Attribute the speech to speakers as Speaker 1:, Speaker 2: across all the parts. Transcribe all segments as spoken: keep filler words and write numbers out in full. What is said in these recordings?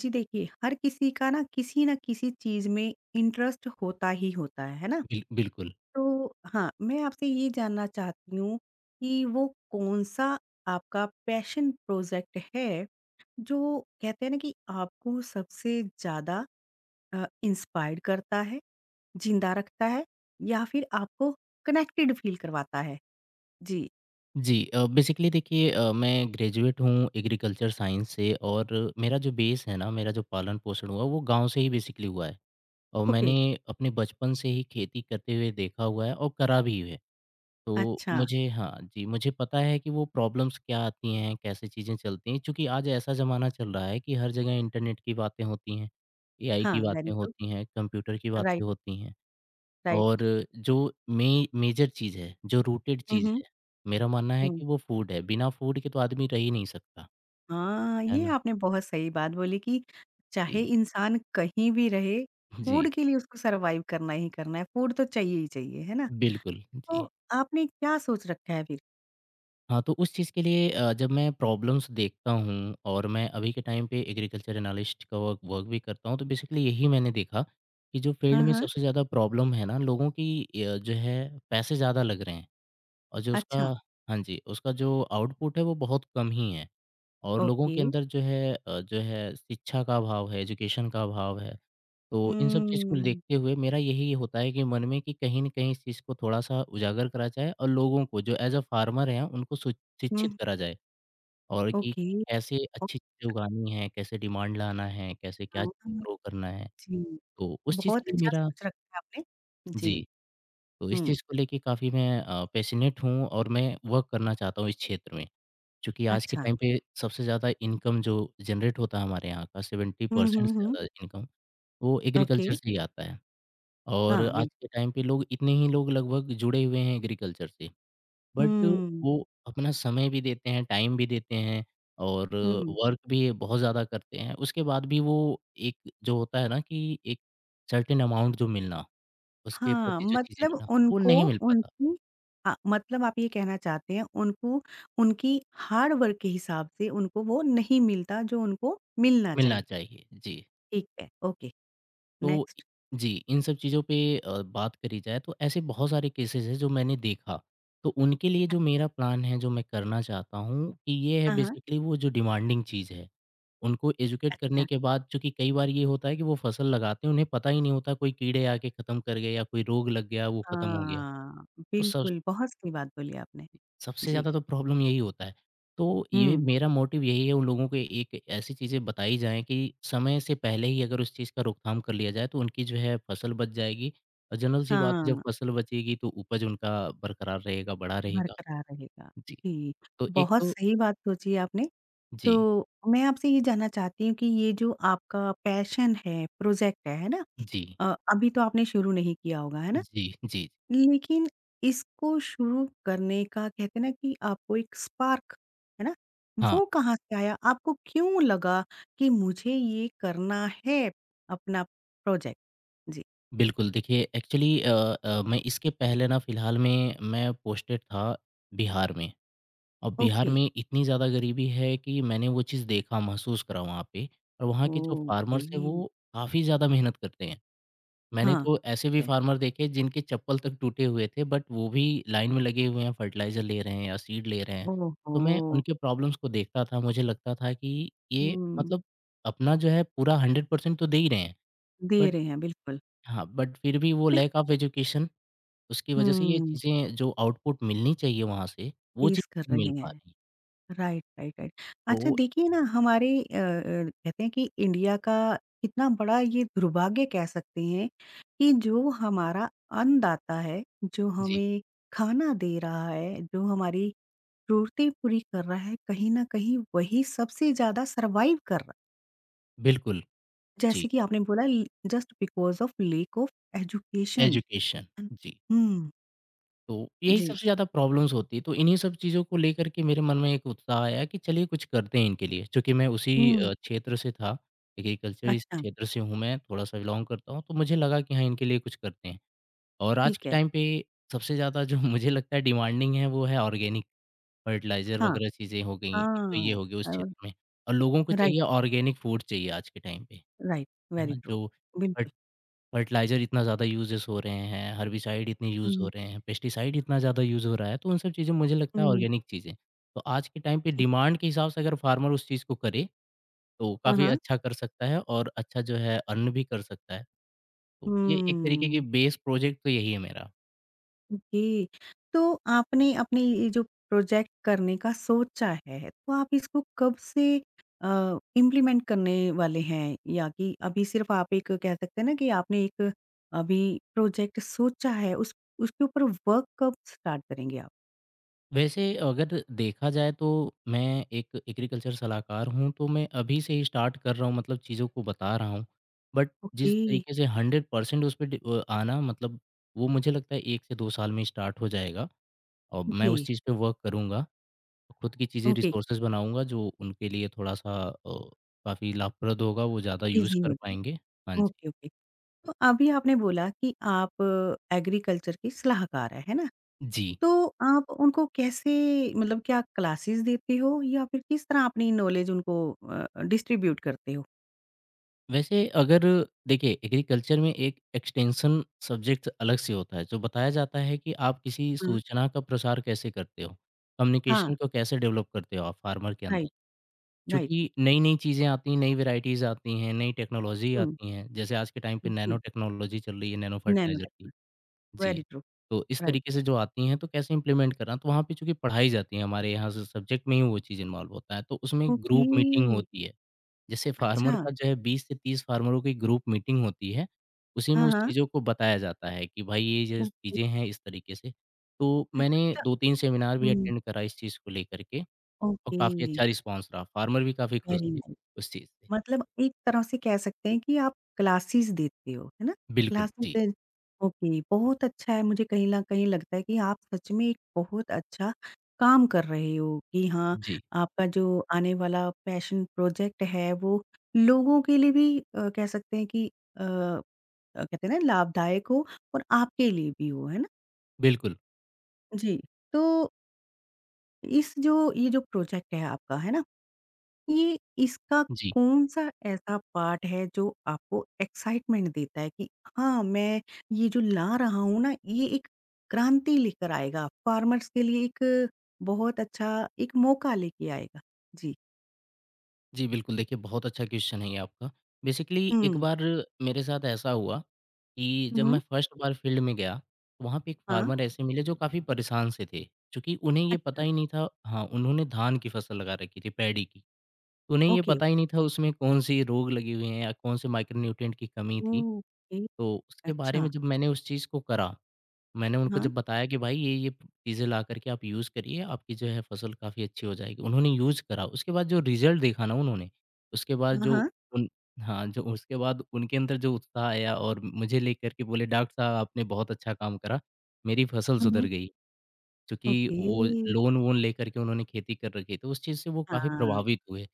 Speaker 1: जी देखिए, हर किसी का ना किसी न किसी चीज़ में इंटरेस्ट होता ही होता है, है ना?
Speaker 2: बिल बिल्कुल।
Speaker 1: तो हाँ, मैं आपसे ये जानना चाहती हूँ कि वो कौन-सा आपका पैशन प्रोजेक्ट है, जो कहते हैं ना कि आपको सबसे ज़्यादा अ, इंस्पायर्ड करता है, ज़िंदा रखता है या फिर आपको कनेक्टेड फ़ील करवाता है? जी,
Speaker 2: जी, अ, बेसिकली देखिए, अ, मैं ग्रेजुएट हूँ एग्रीकल्चर साइंस से और मेरा जो बेस है ना, मेरा जो पालन-पोषण हुआ वो गाँव से ही बेसिकली हुआ है। और
Speaker 1: ओके,
Speaker 2: मैंने अपने बचपन से ही खेती करते हुए देखा हुआ है और करा भी है। तो
Speaker 1: अच्छा,
Speaker 2: मुझे, हाँ जी, मुझे पता है कि वो प्रॉब्लम्स क्या आती हैं, कैसे चीज़ें चलती हैं। चूँकि आज ऐसा ज़माना चल रहा है कि हर जगह इंटरनेट की बातें होती हैं, एआई की
Speaker 1: हाँ, वेरी
Speaker 2: बातें
Speaker 1: गुड,
Speaker 2: होती हैं, कंप्यूटर की
Speaker 1: राइट,
Speaker 2: बातें होती हैं। और
Speaker 1: राइट।
Speaker 2: जो मे मेजर चीज़ है, जो रूटेड
Speaker 1: हुँ,
Speaker 2: चीज़
Speaker 1: हुँ,
Speaker 2: है, मेरा मानना है
Speaker 1: हुँ।
Speaker 2: कि वो फूड है, बिना फूड के तो आदमी रह ही नहीं सकता,
Speaker 1: हाँ,
Speaker 2: है
Speaker 1: ये
Speaker 2: ना?
Speaker 1: आपने बहुत सही बात बोली कि
Speaker 2: जी।
Speaker 1: चाहे इंसान कहीं भी रहे, फूड
Speaker 2: जी।
Speaker 1: के लिए उसको सर्वाइव करना ही करना है, फूड तो चाहिए ही चाहिए, है ना?
Speaker 2: बिल्कुल,
Speaker 1: तो
Speaker 2: जी।
Speaker 1: आपने क्या सोच रखा है फिर?
Speaker 2: हाँ, तो उस चीज़ के लिए, अ, जब मैं प्रॉब्लम्स देखता हूँ और मैं अभी के टाइम पे एग्रीकल्चर एनालिस्ट का वर्क वर्क भी करता हूँ, तो बेसिकली यही मैंने देखा कि जो फील्ड
Speaker 1: हाँ,
Speaker 2: में
Speaker 1: हाँ।
Speaker 2: सबसे ज़्यादा प्रॉब्लम है ना लोगों की, अ, जो है पैसे ज़्यादा लग रहे हैं और जो उसका,
Speaker 1: अच्छा,
Speaker 2: हाँ जी, उसका जो आउटपुट है वो बहुत कम ही है। और लोगों
Speaker 1: ओके।
Speaker 2: के अंदर जो है, अ, जो है शिक्षा का अभाव है, एजुकेशन का अभाव है। तो इन सब चीज़ को
Speaker 1: हुँ,
Speaker 2: देखते हुए मेरा यही होता है कि मन में कि कहीं न कहीं इस चीज़ को थोड़ा-सा उजागर करा जाए और लोगों को जो एज़ अ फार्मर हैं उनको सु
Speaker 1: हुँ,
Speaker 2: शिक्षित करा जाए और कि
Speaker 1: ओके।
Speaker 2: कैसे
Speaker 1: ओ-
Speaker 2: अच्छी चीज़ें उगानी है, कैसे डिमांड लाना है, कैसे क्या
Speaker 1: हाँ,
Speaker 2: चीज़ें ग्रो करना है।
Speaker 1: जी,
Speaker 2: तो उस चीज़
Speaker 1: बहुत
Speaker 2: के लिए
Speaker 1: अच्छा
Speaker 2: मेरा,
Speaker 1: सोच रखा है आपने। जी,
Speaker 2: जी, तो इस
Speaker 1: हुँ,
Speaker 2: चीज़ को लेके काफ़ी मैं अ, पैशनेट हूँ और मैं वर्क करना चाहता हूँ इस क्षेत्र में। चूँकि आज के
Speaker 1: अच्छा।
Speaker 2: टाइम पे सबसे ज़्यादा इनकम जो जनरेट होता है हमारे यहाँ का
Speaker 1: हुँ,
Speaker 2: सेवेंटी परसेंट
Speaker 1: हुँ,
Speaker 2: से
Speaker 1: हुँ,
Speaker 2: ज़्यादा इनकम वो
Speaker 1: ओके।
Speaker 2: एग्रीकल्चर से ही आता है और
Speaker 1: हाँ,
Speaker 2: आज के
Speaker 1: बिल्कुल।
Speaker 2: टाइम पे लोग इतने ही लोग लगभग जुड़े हुए हैं एग्रीकल्चर से। बट
Speaker 1: हुँ,
Speaker 2: वो अपना समय भी देते हैं, टाइम भी देते हैं और
Speaker 1: हुँ।
Speaker 2: वर्क भी बहुत ज़्यादा करते हैं। उसके बाद भी वो एक जो होता है ना कि एक सर्टेन अमाउंट जो मिलना, उसके
Speaker 1: हाँ,
Speaker 2: प्रति जो चीज़ें
Speaker 1: मतलब
Speaker 2: मिलना, वो
Speaker 1: उनको
Speaker 2: नहीं मिल पाता,
Speaker 1: उनकी हाँ, मतलब आप ये कहना चाहते हैं उनको उनकी हार्ड वर्क के हिसाब से उनको वो नहीं मिलता जो उनको मिलना
Speaker 2: मिलना
Speaker 1: चाहिए।
Speaker 2: चाहिए। जी।
Speaker 1: ठीक है, ओके।
Speaker 2: तो इ
Speaker 1: नेक्स्ट।
Speaker 2: जी, इन सब चीज़ों पे, अ, बात करी जाए तो ऐसे बहुत सारे केसेज़ हैं जो मैंने देखा। तो उनके लिए
Speaker 1: अच
Speaker 2: जो मेरा प्लान है, जो मैं करना चाहता हूँ कि ये है
Speaker 1: हाँ, हाँ,
Speaker 2: बेसिकली वो जो डिमांडिंग चीज़ है, उनको एजुकेट करने
Speaker 1: अच्छा।
Speaker 2: के बाद चूँकि कई बार ये होता है कि वो फसल लगाते हैं, उन्हें पता ही नहीं होता कोई कीड़े आके ख़त्म कर गए या कोई रोग लग गया, वो ख़त्म हो गया।
Speaker 1: हाँ,
Speaker 2: तो सब
Speaker 1: बिल्कुल, बहुत सही बात बोली आपने।
Speaker 2: सबसे
Speaker 1: जी,
Speaker 2: ज़्यादा तो प्रॉब्लम यही होता है। तो ये
Speaker 1: हुँ,
Speaker 2: मेरा मोटिव यही है उन लोगों को एक ऐसी चीज़ें बताई जाएँ कि समय से पहले ही अगर उस चीज़ का रोकथाम कर लिया जाए तो उनकी जो है फसल बच जाएगी और जनरल-सी बात है जब
Speaker 1: हाँ,
Speaker 2: फसल बचेगी तो उपज उनका बरकरार रहेगा, बड़ा रहेगा।
Speaker 1: बरकरार रहेगा।
Speaker 2: जी,
Speaker 1: जी,
Speaker 2: तो एक
Speaker 1: बहुत
Speaker 2: तो,
Speaker 1: सही बात सोची है आपने।
Speaker 2: जी।
Speaker 1: तो मैं आपसे ये जानना चाहती हूँ कि ये जो आपका पैशन है, प्रोजेक्ट है, है ना?
Speaker 2: जी।
Speaker 1: अ, अभी तो आपने शुरू नहीं किया होगा, है ना?
Speaker 2: जी। जी।
Speaker 1: लेकिन इसको शुरू करने का, कहते हैं ना, कि आपको एक स्पार्क, है ना?
Speaker 2: हाँ,
Speaker 1: वो कहाँ से आया? आपको क्यों लगा कि मुझे ये करना है अपना प्रोजेक्ट? जी,
Speaker 2: बिल्कुल देखिए एक्चुअली, अ अ, मैं इसके पहले ना फ़िलहाल में मैं पोस्टेड था बिहार में। और बिहार
Speaker 1: ओके,
Speaker 2: में इतनी ज़्यादा गरीबी है कि मैंने वो चीज़ देखा, महसूस करा वहाँ पे और वहाँ के जो
Speaker 1: ओके,
Speaker 2: फार्मर्स हैं वो काफ़ी ज़्यादा मेहनत करते हैं। मैंने
Speaker 1: हाँ,
Speaker 2: तो ऐसे भी
Speaker 1: ठीक है।
Speaker 2: फार्मर देखे जिनके चप्पल तक टूटे हुए थे बट वो भी लाइन में लगे हुए हैं, फर्टिलाइज़र ले रहे हैं या सीड ले रहे हैं। तो
Speaker 1: ओहो!
Speaker 2: मैं उनके प्रॉब्लम्स को देखता था, मुझे लगता था कि ये
Speaker 1: हुँ,
Speaker 2: मतलब अपना जो है पूरा हंड्रेड परसेंट तो दे ही रहे हैं।
Speaker 1: दे
Speaker 2: बट,
Speaker 1: रहे हैं बिल्कुल,
Speaker 2: हाँ, बट फिर भी वो
Speaker 1: बिल
Speaker 2: लैक ऑफ एजुकेशन, उसकी वजह से ये
Speaker 1: हुँ,
Speaker 2: चीज़ें जो आउटपुट मिलनी चाहिए वहाँ से, वो चीज़
Speaker 1: टेज़ कर
Speaker 2: नहीं
Speaker 1: रहे
Speaker 2: मिल पा
Speaker 1: हैं।
Speaker 2: रही।
Speaker 1: Right, right, right. अच्छा
Speaker 2: तो
Speaker 1: देखिए ना, हमारे अ अ, कहते हैं कि इंडिया का कितना बड़ा ये दुर्भाग्य कह सकते हैं कि जो हमारा अन्नदाता है, जो
Speaker 2: जी।
Speaker 1: हमें खाना दे रहा है, जो हमारी ज़रूरतें पूरी कर रहा है, कहीं न कहीं वही सबसे ज़्यादा सर्वाइव कर रहा है।
Speaker 2: बिल्कुल, जी,
Speaker 1: जैसे कि आपने बोला ल just because of lack of education.
Speaker 2: Education,
Speaker 1: है न?
Speaker 2: जी।
Speaker 1: हुँ,
Speaker 2: तो यही
Speaker 1: जी।
Speaker 2: सबसे ज़्यादा प्रॉब्लम्स होती है, तो इन्हीं सब चीज़ों को लेकर के मेरे मन में एक उत्साह आया कि चलिए कुछ करते हैं इनके लिए। चूँकि मैं उसी
Speaker 1: हुँ,
Speaker 2: अ, क्षेत्र से था, एग्रीकल्चर इस
Speaker 1: अच्छा,
Speaker 2: क्षेत्र से हूँ मैं, थोड़ा-सा बिलॉन्ग करता हूँ, तो मुझे लगा कि हाँ, इनके लिए कुछ करते हैं। और आज
Speaker 1: ठीक
Speaker 2: के
Speaker 1: है।
Speaker 2: टाइम पे सबसे ज़्यादा जो मुझे लगता है डिमांडिंग है, वो है ऑर्गेनिक फर्टिलाइज़र
Speaker 1: हाँ,
Speaker 2: वगैरह चीज़ें हो गईं, एक तो ये
Speaker 1: हाँ।
Speaker 2: हो गया उस
Speaker 1: और
Speaker 2: क्षेत्र में। और लोगों को
Speaker 1: राइट,
Speaker 2: चाहिए, ऑर्गेनिक फूड चाहिए आज के टाइम पे,
Speaker 1: राइट,
Speaker 2: है
Speaker 1: वेरी
Speaker 2: ना?
Speaker 1: ट्रू।
Speaker 2: जो
Speaker 1: बिल्कुल।
Speaker 2: फर्टिलाइज़र इतना ज़्यादा यूज़ेस हो रहे हैं, हर्बिसाइड इतने यूज़
Speaker 1: हुँ,
Speaker 2: हो रहे हैं, पेस्टिसाइड इतना ज़्यादा यूज़ हो रहा है, तो उन सब चीज़ें मुझे लगता है
Speaker 1: हुँ,
Speaker 2: ऑर्गेनिक चीज़ें। तो आज के टाइम पे
Speaker 1: ठीक।
Speaker 2: डिमांड के हिसाब से अगर फार्मर उस चीज़ को करे, तो
Speaker 1: हाँ,
Speaker 2: काफ़ी
Speaker 1: हाँ।
Speaker 2: अच्छा कर सकता है और अच्छा जो है अर्न भी कर सकता है। तो ये एक तरीके की
Speaker 1: हुँ,
Speaker 2: बेस प्रोजेक्ट तो यही है मेरा।
Speaker 1: ओके। तो आपने अपने ये जो प्रोजेक्ट करने का सोचा है, तो आप इसको कब से अ, इम्प्लीमेंट करने वाले हैं? या कि अभी सिर्फ़ आप एक, कह सकते हैं ना, कि आपने एक अभी प्रोजेक्ट सोचा है, उस उसके ऊपर वर्क कब स्टार्ट करेंगे आप?
Speaker 2: वैसे अगर देखा जाए तो मैं एक एग्रीकल्चर सलाहकार हूँ, तो मैं अभी से ही स्टार्ट कर रहा हूँ मतलब चीज़ों को बता रहा हूँ। बट जिस
Speaker 1: ओके,
Speaker 2: तरीके से हंड्रेड परसेंट उस पे डि अ, आना मतलब वो मुझे लगता है एक से दो साल में स्टार्ट हो जाएगा और मैं
Speaker 1: ओके,
Speaker 2: उस चीज़ पे वर्क करूँगा। खुद की चीज़ें
Speaker 1: ओके,
Speaker 2: रिसोर्सेज़ बनाऊँगा जो उनके लिए थोड़ा-सा, अ, काफ़ी लाभप्रद होगा, वो ज़्यादा यूज़
Speaker 1: ईज़ी हो
Speaker 2: कर
Speaker 1: जाए।
Speaker 2: पाएँगे। हाँ जी।
Speaker 1: Okay, okay. तो अभी आपने बोला कि आप एग्रीकल्चर की सलाहकार हैं, है ना?
Speaker 2: जी।
Speaker 1: तो आप उनको कैसे, मतलब क्या क्लासेस देते हो या फिर किस तरह अपनी नॉलेज उनको अ, डिस्ट्रीब्यूट करते हो?
Speaker 2: वैसे अगर देखिए एग्रीकल्चर में एक एक्सटेंशन सब्जेक्ट अलग से होता है जो बताया जाता है कि आप किसी
Speaker 1: हाँ,
Speaker 2: सूचना का प्रसार कैसे करते हो,
Speaker 1: हाँ,
Speaker 2: कम्युनिकेशन को कैसे डेवलप करते हो आप फार्मर के अंदर।
Speaker 1: Right, right.
Speaker 2: क्योंकि नई-नई चीज़ें आती हैं, नई वैराइटीज़ आती हैं, नई टेक्नोलॉजी
Speaker 1: हुँ,
Speaker 2: आती हैं, जैसे आज के टाइम पे नैनो
Speaker 1: जी,
Speaker 2: टेक्नोलॉजी चल रही है, नैनो
Speaker 1: नैनो
Speaker 2: फर्टिलाइज़र की।
Speaker 1: टेक्नो
Speaker 2: जी,
Speaker 1: वेरी ट्रू,
Speaker 2: तो इस तरीके
Speaker 1: राइट।
Speaker 2: से जो आती हैं तो कैसे इम्प्लीमेंट करना, तो वहाँ पे चूँकि पढ़ाई जाती है हमारे यहाँ से सब्जेक्ट में ही वो चीज़ इन्वॉल्व होता है, तो उसमें
Speaker 1: ओके,
Speaker 2: ग्रुप मीटिंग होती है। जैसे
Speaker 1: अच्छा।
Speaker 2: फार्मर का जो है बीस से तीस फार्मरों की ग्रुप मीटिंग होती है, उसी
Speaker 1: हाँ,
Speaker 2: में उस
Speaker 1: हाँ,
Speaker 2: चीज़ों को बताया जाता है कि भाई ये जो
Speaker 1: ओके।
Speaker 2: चीज़ें हैं इस तरीके से। तो
Speaker 1: अच्छा
Speaker 2: मैंने
Speaker 1: मतलब
Speaker 2: दो तीन सेमिनार भी
Speaker 1: हुँ,
Speaker 2: अटेंड करा इस चीज़ को लेकर के और
Speaker 1: ओके,
Speaker 2: काफ़ी अच्छा रिस्पॉन्स रहा, फार्मर भी काफ़ी खुश
Speaker 1: वेरी
Speaker 2: थे
Speaker 1: नाइस।
Speaker 2: उस चीज़ से।
Speaker 1: मतलब एक तरह से कह सकते हैं कि आप क्लासेस देते हो, है ना?
Speaker 2: बिल्कुल, जी।
Speaker 1: क्लासेस ओके, बहुत अच्छा है। मुझे कहीं न कहीं लगता है कि आप सच में एक बहुत अच्छा काम कर रहे हो कि हाँ,
Speaker 2: जी,
Speaker 1: आपका जो आने वाला पैशन प्रोजेक्ट है वो लोगों के लिए भी, अ, कह सकते हैं कि अ अ, कहते हैं ना, लाभदायक हो और आपके लिए भी हो, है ना?
Speaker 2: बिल्कुल।
Speaker 1: जी, तो इस जो ये जो प्रोजेक्ट है आपका, है ना? ये इसका
Speaker 2: जी।
Speaker 1: कौन-सा ऐसा पार्ट है जो आपको एक्साइटमेंट देता है कि हाँ, मैं ये जो ला रहा हूँ ना, ये एक क्रांति लेकर आएगा, फ़ार्मर्स के लिए एक बहुत अच्छा एक मौका लेके आएगा? जी।
Speaker 2: जी, बिल्कुल। देखिए, बहुत अच्छा क्वेश्चन है ये आपका। बेसिकली एक
Speaker 1: हुँ।
Speaker 2: बार मेरे साथ ऐसा हुआ कि
Speaker 1: हुँ,
Speaker 2: जब
Speaker 1: हुँ।
Speaker 2: मैं फर्स्ट बार फील्ड में गया, तो वहाँ पे एक
Speaker 1: हाँ,
Speaker 2: फार्मर ऐसे मिले जो काफ़ी परेशान से थे, चूँकि उन्हें ये पता
Speaker 1: अच्छा।
Speaker 2: ही नहीं था, हाँ, उन्होंने धान की फसल लगा रखी थी, पैडी की। तो उन्हें ये
Speaker 1: ओके,
Speaker 2: पता ही नहीं था उसमें कौन-सी रोग लगे हुए हैं या कौन-से माइक्रो न्यूट्रिएंट की कमी थी।
Speaker 1: ओके,
Speaker 2: तो उसके बारे में
Speaker 1: अच्छा।
Speaker 2: जब मैंने उस चीज़ को करा, मैंने उनको
Speaker 1: हाँ।
Speaker 2: जब बताया कि भाई ये ये चीज़ें ला करके आप यूज़ करिए, आपकी जो है फसल काफ़ी अच्छी हो जाएगी। उन्होंने यूज़ करा, उसके बाद जो रिज़ल्ट देखा ना उन्होंने, उसके बाद
Speaker 1: हाँ,
Speaker 2: जो
Speaker 1: हाँ।
Speaker 2: उन हाँ, जो उसके बाद उनके अंदर जो उत्साह आया और मुझे लेकर के बोले डॉक्टर साहब आपने बहुत अच्छा काम करा, मेरी फसल
Speaker 1: हुँ,
Speaker 2: सुधर
Speaker 1: हुँ।
Speaker 2: गई। चूँकि
Speaker 1: ओके,
Speaker 2: वो लोन-वोन लेकर के उन्होंने खेती कर रखी, तो उस चीज़ से वो काफ़ी
Speaker 1: हाँ,
Speaker 2: प्रभावित हुए।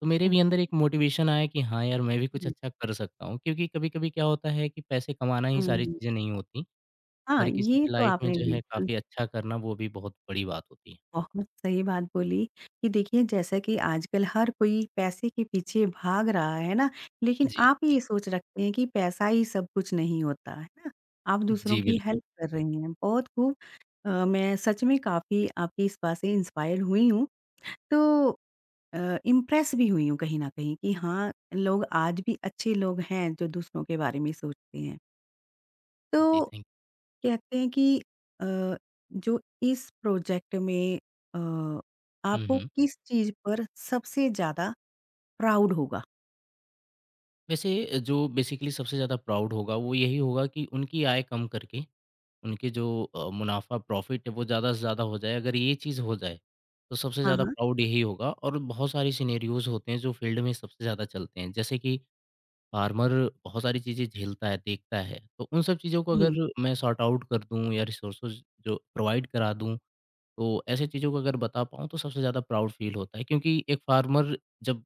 Speaker 2: तो मेरे भी अंदर एक मोटिवेशन आया कि हाँ यार, मैं भी कुछ
Speaker 1: ओके।
Speaker 2: अच्छा कर सकता हूँ, क्योंकि कभी-कभी क्या होता है कि पैसे कमाना ही
Speaker 1: हाँ,
Speaker 2: सारी चीज़ें नहीं होती।
Speaker 1: हाँ,
Speaker 2: हर किसी
Speaker 1: ये
Speaker 2: की
Speaker 1: तो
Speaker 2: लाइफ में
Speaker 1: आपने
Speaker 2: जो है
Speaker 1: बिल्कुल
Speaker 2: काफ़ी अच्छा करना वो भी बहुत बड़ी बात होती है।
Speaker 1: बहुत सही बात बोली कि देखिए, जैसा कि आजकल हर कोई पैसे के पीछे भाग रहा है ना, लेकिन
Speaker 2: जी,
Speaker 1: आप ये सोच रखते हैं कि पैसा ही सब कुछ नहीं होता, है ना? आप दूसरों
Speaker 2: जी
Speaker 1: की
Speaker 2: बिल्कुल।
Speaker 1: हेल्प कर रही हैं, बहुत खूब। अ, मैं सच में काफ़ी आपकी इस बात से इंस्पायर हुई हूँ, तो अ, इम्प्रेस भी हुई हूँ, कहीं न कहीं, कि हाँ, लोग आज भी अच्छे लोग हैं जो दूसरों के बारे में सोचते हैं।
Speaker 2: जी,
Speaker 1: तो
Speaker 2: थैंक।
Speaker 1: कहते हैं कि अ, जो इस प्रोजेक्ट में अ,
Speaker 2: हुँ,
Speaker 1: आपको
Speaker 2: हुँ।
Speaker 1: किस चीज़ पर सबसे ज़्यादा प्राउड होगा?
Speaker 2: वैसे जो बेसिकली सबसे ज़्यादा प्राउड होगा वो यही होगा कि उनकी आय कम करके उनके जो अ, मुनाफ़ा प्रॉफ़िट है वो ज़्यादा से ज़्यादा हो जाए। अगर ये चीज़ हो जाए तो सबसे
Speaker 1: हाँ,
Speaker 2: ज़्यादा
Speaker 1: हाँ।
Speaker 2: प्राउड यही होगा और बहुत सारे सिनेरियोज़ होते हैं जो फ़ील्ड में सबसे ज़्यादा चलते हैं। जैसे कि फार्मर बहुत सारी चीज़ें झेलता है, देखता है। तो उन सब चीज़ों को
Speaker 1: हुँ,
Speaker 2: अगर मैं सॉर्ट आउट कर दूँ या रिसोर्सेज़ जो प्रोवाइड करा दूँ तो ऐसे चीज़ों को अगर बता पाऊँ तो सबसे ज़्यादा प्राउड फ़ील होता है क्योंकि एक फार्मर जब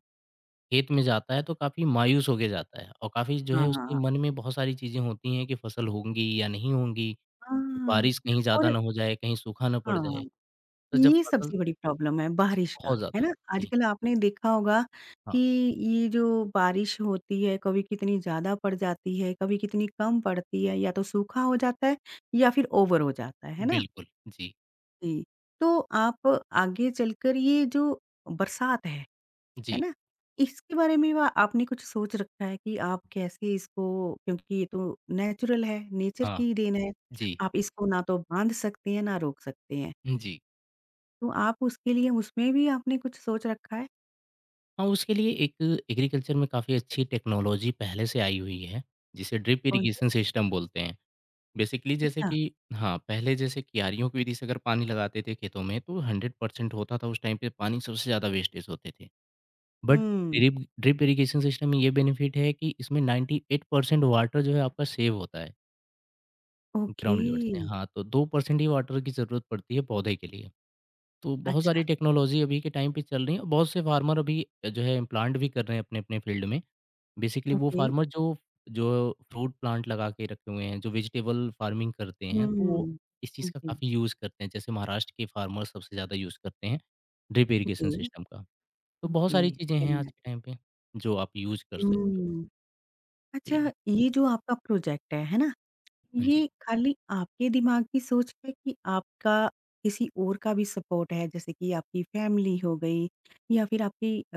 Speaker 2: खेत में जाता है तो काफ़ी मायूस होके जाता है और काफ़ी जो है उसके
Speaker 1: हाँ,
Speaker 2: मन में बहुत सारी चीज़ें होती हैं कि फसल होंगी या नहीं होंगी,
Speaker 1: हाँ
Speaker 2: बारिश कहीं
Speaker 1: और
Speaker 2: ज़्यादा ना हो जाए, कहीं सूखा ना पड़ जाए।
Speaker 1: हाँ,
Speaker 2: तो जब
Speaker 1: ये
Speaker 2: फसल
Speaker 1: सबसे बड़ी प्रॉब्लम है बारिश का,
Speaker 2: बहुत
Speaker 1: है
Speaker 2: ज़्यादा,
Speaker 1: ना?
Speaker 2: जी,
Speaker 1: आजकल आपने देखा होगा
Speaker 2: हाँ,
Speaker 1: कि ये जो बारिश होती है, कभी कितनी ज़्यादा पड़ जाती है, कभी कितनी कम पड़ती है, या तो सूखा हो जाता है या फिर ओवर हो जाता है, है ना?
Speaker 2: बिल्कुल। जी,
Speaker 1: जी, तो आप आगे चलकर ये जो बरसात है है
Speaker 2: जी,
Speaker 1: ना? इसके बारे में वा आपने कुछ सोच रखा है कि आप कैसे इसको, क्योंकि ये तो नेचुरल है, नेचर
Speaker 2: हाँ,
Speaker 1: की देन है।
Speaker 2: जी,
Speaker 1: आप इसको ना तो बाँध सकते हैं, ना रोक सकते हैं।
Speaker 2: जी।
Speaker 1: तो आप उसके लिए, उसमें भी आपने कुछ सोच रखा है?
Speaker 2: हाँ, उसके लिए एक एग्रीकल्चर में काफ़ी अच्छी टेक्नोलॉजी पहले से आई हुई है, जिसे ड्रिप
Speaker 1: कौन से?
Speaker 2: इरिगेशन सिस्टम बोलते हैं। बेसिकली जैसे
Speaker 1: अच्छा।
Speaker 2: कि, हाँ, पहले जैसे क्यारियों की विधि से अगर पानी लगाते थे खेतों में तो हंड्रेड परसेंट होता था उस टाइम पे पानी सबसे ज़्यादा वेस्टेज होते थे। बट
Speaker 1: हुँ।
Speaker 2: ड्रिप ड्रिप इरिगेशन सिस्टम में ये बेनिफिट है कि इसमें नाइंटी एट परसेंट वाटर जो है आपका सेव होता है
Speaker 1: ओके।
Speaker 2: ग्राउंड लेवल से। हाँ, तो टू परसेंट ही वाटर की ज़रूरत पड़ती है पौधे के लिए। तो बहुत
Speaker 1: अच्छा,
Speaker 2: सारी टेक्नोलॉज़ी अभी के टाइम पे चल रही है और बहुत से फार्मर अभी जो है इम्प्लांट भी कर रहे हैं अपने-अपने फील्ड में। बेसिकली वो
Speaker 1: ओके।
Speaker 2: फार्मर जो जो फ्रूट प्लांट लगा के रखे हुए हैं, जो वेजिटेबल फार्मिंग करते हैं, तो वो
Speaker 1: हुँ।
Speaker 2: इस चीज़ का
Speaker 1: ओके,
Speaker 2: काफ़ी यूज़ करते हैं। जैसे महाराष्ट्र के फार्मर सबसे ज़्यादा यूज़ करते हैं ड्रिप
Speaker 1: ओके,
Speaker 2: इरिगेशन सिस्टम का। तो बहुत
Speaker 1: ओके।
Speaker 2: सारी चीज़ें
Speaker 1: वेरी
Speaker 2: हैं आज
Speaker 1: नाइस।
Speaker 2: के टाइम पे, जो आप यूज़ कर सकते हो।
Speaker 1: हुँ। अच्छा,
Speaker 2: जी,
Speaker 1: ये जो आपका प्रोजेक्ट है, है ना?
Speaker 2: हाँ जी।
Speaker 1: ये खाली आपके दिमाग की सोच है कि आपका किसी और का भी सपोर्ट है, जैसे कि आपकी फैमिली हो गई या फिर आपकी अ,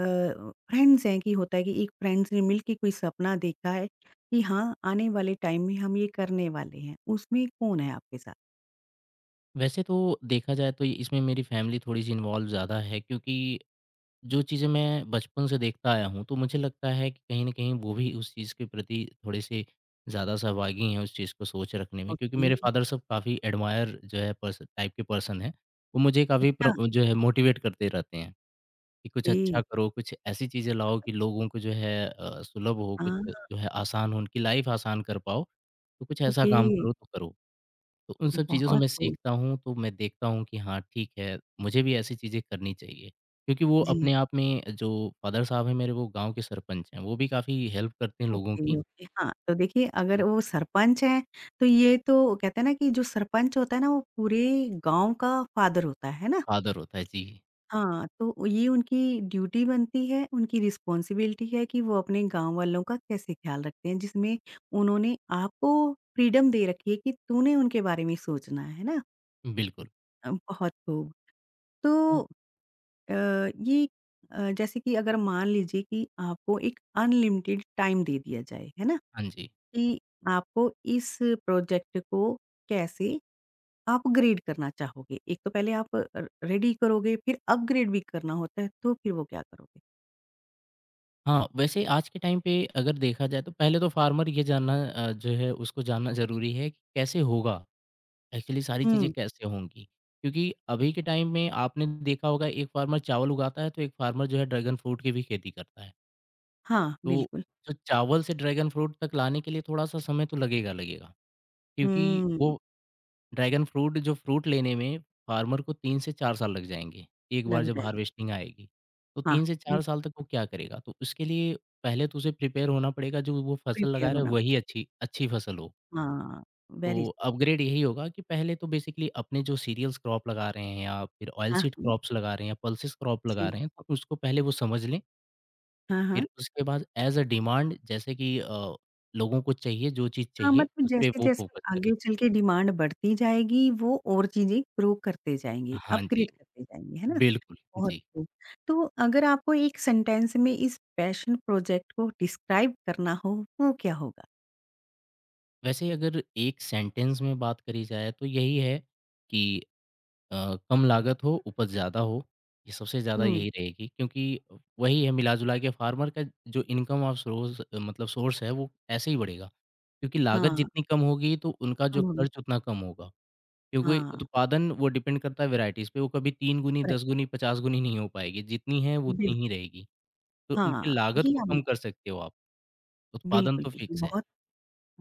Speaker 1: फ्रेंड्स हैं कि होता है कि एक फ्रेंड्स ने मिलके कोई सपना देखा है कि हाँ, आने वाले टाइम में हम ये करने वाले हैं, उसमें कौन है आपके साथ?
Speaker 2: वैसे तो देखा जाए तो ये- इसमें मेरी फैमिली थोड़ी-सी इन्वॉल्व ज़्यादा है क्योंकि जो चीज़ें मैं बचपन से देखता आया हूँ, तो मुझे लगता है कि कहीं न कहीं वो भी उस चीज़ के प्रति थोड़े से ज़्यादा सहभागी हैं उस चीज़ को सोच रखने में क्योंकि
Speaker 1: ओके।
Speaker 2: मेरे फादर साहब काफ़ी एडमायर जो है पर्सन टाइप के पर्सन हैं। वो मुझे काफ़ी
Speaker 1: अच्छा,
Speaker 2: प्र जो है मोटिवेट करते रहते हैं कि कुछ
Speaker 1: ए
Speaker 2: अच्छा करो, कुछ ऐसी चीज़ें लाओ कि लोगों को जो है अ, सुलभ हो, कुछ
Speaker 1: हाँ,
Speaker 2: जो है आसान हो, उनकी लाइफ़ आसान कर पाओ, तो कुछ ऐसा
Speaker 1: ओके।
Speaker 2: काम करो तो करो। तो उन सब चीज़ों से
Speaker 1: बहुत
Speaker 2: मैं
Speaker 1: खूब।
Speaker 2: सीखता हूँ, तो मैं देखता हूँ कि हाँ, ठीक है, मुझे भी ऐसी चीज़ें करनी चाहिए। क्योंकि वो
Speaker 1: जी।
Speaker 2: अपने आप में जो फ़ादर साहब हैं मेरे, वो गाँव के सरपंच हैं, वो भी काफ़ी हेल्प करते हैं लोगों
Speaker 1: ओके,
Speaker 2: की।
Speaker 1: ओके। हाँ, तो देखिए, अगर
Speaker 2: जी।
Speaker 1: वो सरपंच हैं, तो ये तो कहते हैं ना कि जो सरपंच होता है ना, वो पूरे गाँव का फ़ादर होता है, है ना?
Speaker 2: फ़ादर होता है, जी,
Speaker 1: हाँ, तो ये उनकी ड्यूटी बनती है, उनकी रिस्पॉन्सिबिलिटी है कि वो अपने गाँव वालों का कैसे ख़्याल रखते हैं, जिसमें उन्होंने आपको फ्रीडम दे रखी है कि तूने उनके बारे में सोचना है, है ना?
Speaker 2: बिल्कुल।
Speaker 1: अ, बहुत खूब। तो
Speaker 2: तो
Speaker 1: अ, ये अ, जैसे कि अगर मान लीजिए कि आपको एक अनलिमिटेड टाइम दे दिया जाए, है ना?
Speaker 2: हाँ जी।
Speaker 1: कि आपको इस प्रोजेक्ट को कैसे अपग्रेड करना चाहोगे? एक तो पहले आप र रेडी करोगे, फिर अपग्रेड भी करना होता है, तो फिर वो क्या करोगे?
Speaker 2: हाँ, वैसे आज के टाइम पे अगर देखा जाए तो पहले तो फार्मर ये जानना अ, जो है उसको जानना ज़रूरी है कि कैसे होगा, एक्चुअली सारी चीज़ें
Speaker 1: हुँ।
Speaker 2: कैसे होंगी? क्योंकि अभी के टाइम में आपने देखा होगा एक फार्मर चावल उगाता है, तो एक फार्मर जो है ड्रैगन फ्रूट की भी खेती करता है।
Speaker 1: हाँ,
Speaker 2: तो
Speaker 1: बिल्कुल।
Speaker 2: जो चावल से ड्रैगन फ्रूट तक लाने के लिए थोड़ा-सा समय तो लगेगा लगेगा, क्योंकि
Speaker 1: हुँ,
Speaker 2: वो ड्रैगन फ्रूट जो फ्रूट लेने में फार्मर को तीन से चार साल लग जाएँगे, एक बार
Speaker 1: लग
Speaker 2: जब
Speaker 1: जाए।
Speaker 2: हार्वेस्टिंग आएगी। तो
Speaker 1: हाँ,
Speaker 2: तीन से चार साल
Speaker 1: बिल्कुल,
Speaker 2: तक वो क्या करेगा? तो उसके लिए पहले तो उसे प्रिपेयर होना पड़ेगा जो वो फसल लगा
Speaker 1: प्रिपेयर
Speaker 2: रहा है
Speaker 1: होना।
Speaker 2: वही अच्छी अच्छी फसल हो।
Speaker 1: हाँ, वेरी
Speaker 2: तो अपग्रेड यही होगा कि पहले तो बेसिकली अपने जो सीरियल्स क्रॉप लगा रहे हैं या फिर ऑयल
Speaker 1: हाँ,
Speaker 2: सीड
Speaker 1: हाँ,
Speaker 2: क्रॉप्स लगा रहे हैं या पल्सेस क्रॉप लगा
Speaker 1: जी।
Speaker 2: रहे हैं, तो उसको पहले वो समझ लें
Speaker 1: हाँ, हाँ।
Speaker 2: फिर उसके बाद एज़ अ डिमांड जैसे कि अ, लोगों को चाहिए जो चीज़
Speaker 1: हाँ,
Speaker 2: चाहिए
Speaker 1: मतलब
Speaker 2: उसपे वो
Speaker 1: जैसे-जैसे
Speaker 2: फ़ोकस
Speaker 1: आगे
Speaker 2: करें।
Speaker 1: चल के डिमांड बढ़ती जाएगी, वो और चीज़ें ग्रो करते जाएँगे,
Speaker 2: हाँ जी,
Speaker 1: अपग्रेड करते जाएँगे, है ना?
Speaker 2: बिल्कुल,
Speaker 1: बहुत
Speaker 2: जी।
Speaker 1: खूब। तो अगर आपको एक सेंटेंस में इस पैशन प्रोजेक्ट को डिस्क्राइब करना हो, वो क्या होगा?
Speaker 2: वैसे अगर एक सेंटेंस में बात करी जाए तो यही है कि अ, कम लागत हो, उपज ज़्यादा हो, ये सबसे ज़्यादा
Speaker 1: हुँ।
Speaker 2: यही रहेगी क्योंकि वही है मिला-जुला के फार्मर का जो इनकम ऑफ सोर्स मतलब सोर्स है वो ऐसे ही बढ़ेगा। क्योंकि लागत
Speaker 1: हाँ,
Speaker 2: जितनी कम होगी तो उनका
Speaker 1: हम
Speaker 2: जो
Speaker 1: होंगे
Speaker 2: खर्च उतना कम होगा। क्योंकि
Speaker 1: हाँ,
Speaker 2: उत्पादन वो डिपेंड करता है वैराइटीज़ पे, वो कभी तीन गुनी,
Speaker 1: राइट,
Speaker 2: दस गुनी, पचास गुनी नहीं हो पाएगी, जितनी है वो
Speaker 1: बिल्कुल,
Speaker 2: उतनी ही रहेगी, तो
Speaker 1: हाँ,
Speaker 2: उनकी लागत
Speaker 1: ये
Speaker 2: को
Speaker 1: आपने
Speaker 2: कम कर सकते हो आप, उत्पादन
Speaker 1: बिल्कुल,
Speaker 2: तो
Speaker 1: बिल्कुल,
Speaker 2: फिक्स है।
Speaker 1: बहुत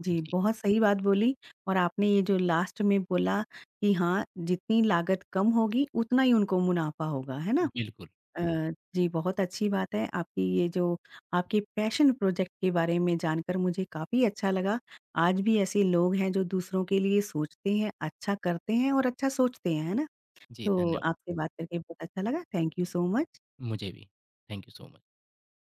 Speaker 1: जी,
Speaker 2: जी,
Speaker 1: बहुत सही बात बोली, और आपने ये जो लास्ट में बोला कि हाँ, जितनी लागत कम होगी, उतना ही उनको मुनाफ़ा होगा, है ना?
Speaker 2: बिल्कुल।
Speaker 1: अ, जी, बहुत अच्छी बात है आपकी। ये जो आपके पैशन प्रोजेक्ट के बारे में जानकर मुझे काफ़ी अच्छा लगा। आज भी ऐसे लोग हैं जो दूसरों के लिए सोचते हैं, अच्छा करते हैं और अच्छा सोचते हैं, है ना?
Speaker 2: जी,
Speaker 1: तो
Speaker 2: धन्यवाद।
Speaker 1: आपसे बात करके बहुत अच्छा लगा। Thank you so much.
Speaker 2: मुझे भी, थैंक यू सो मच।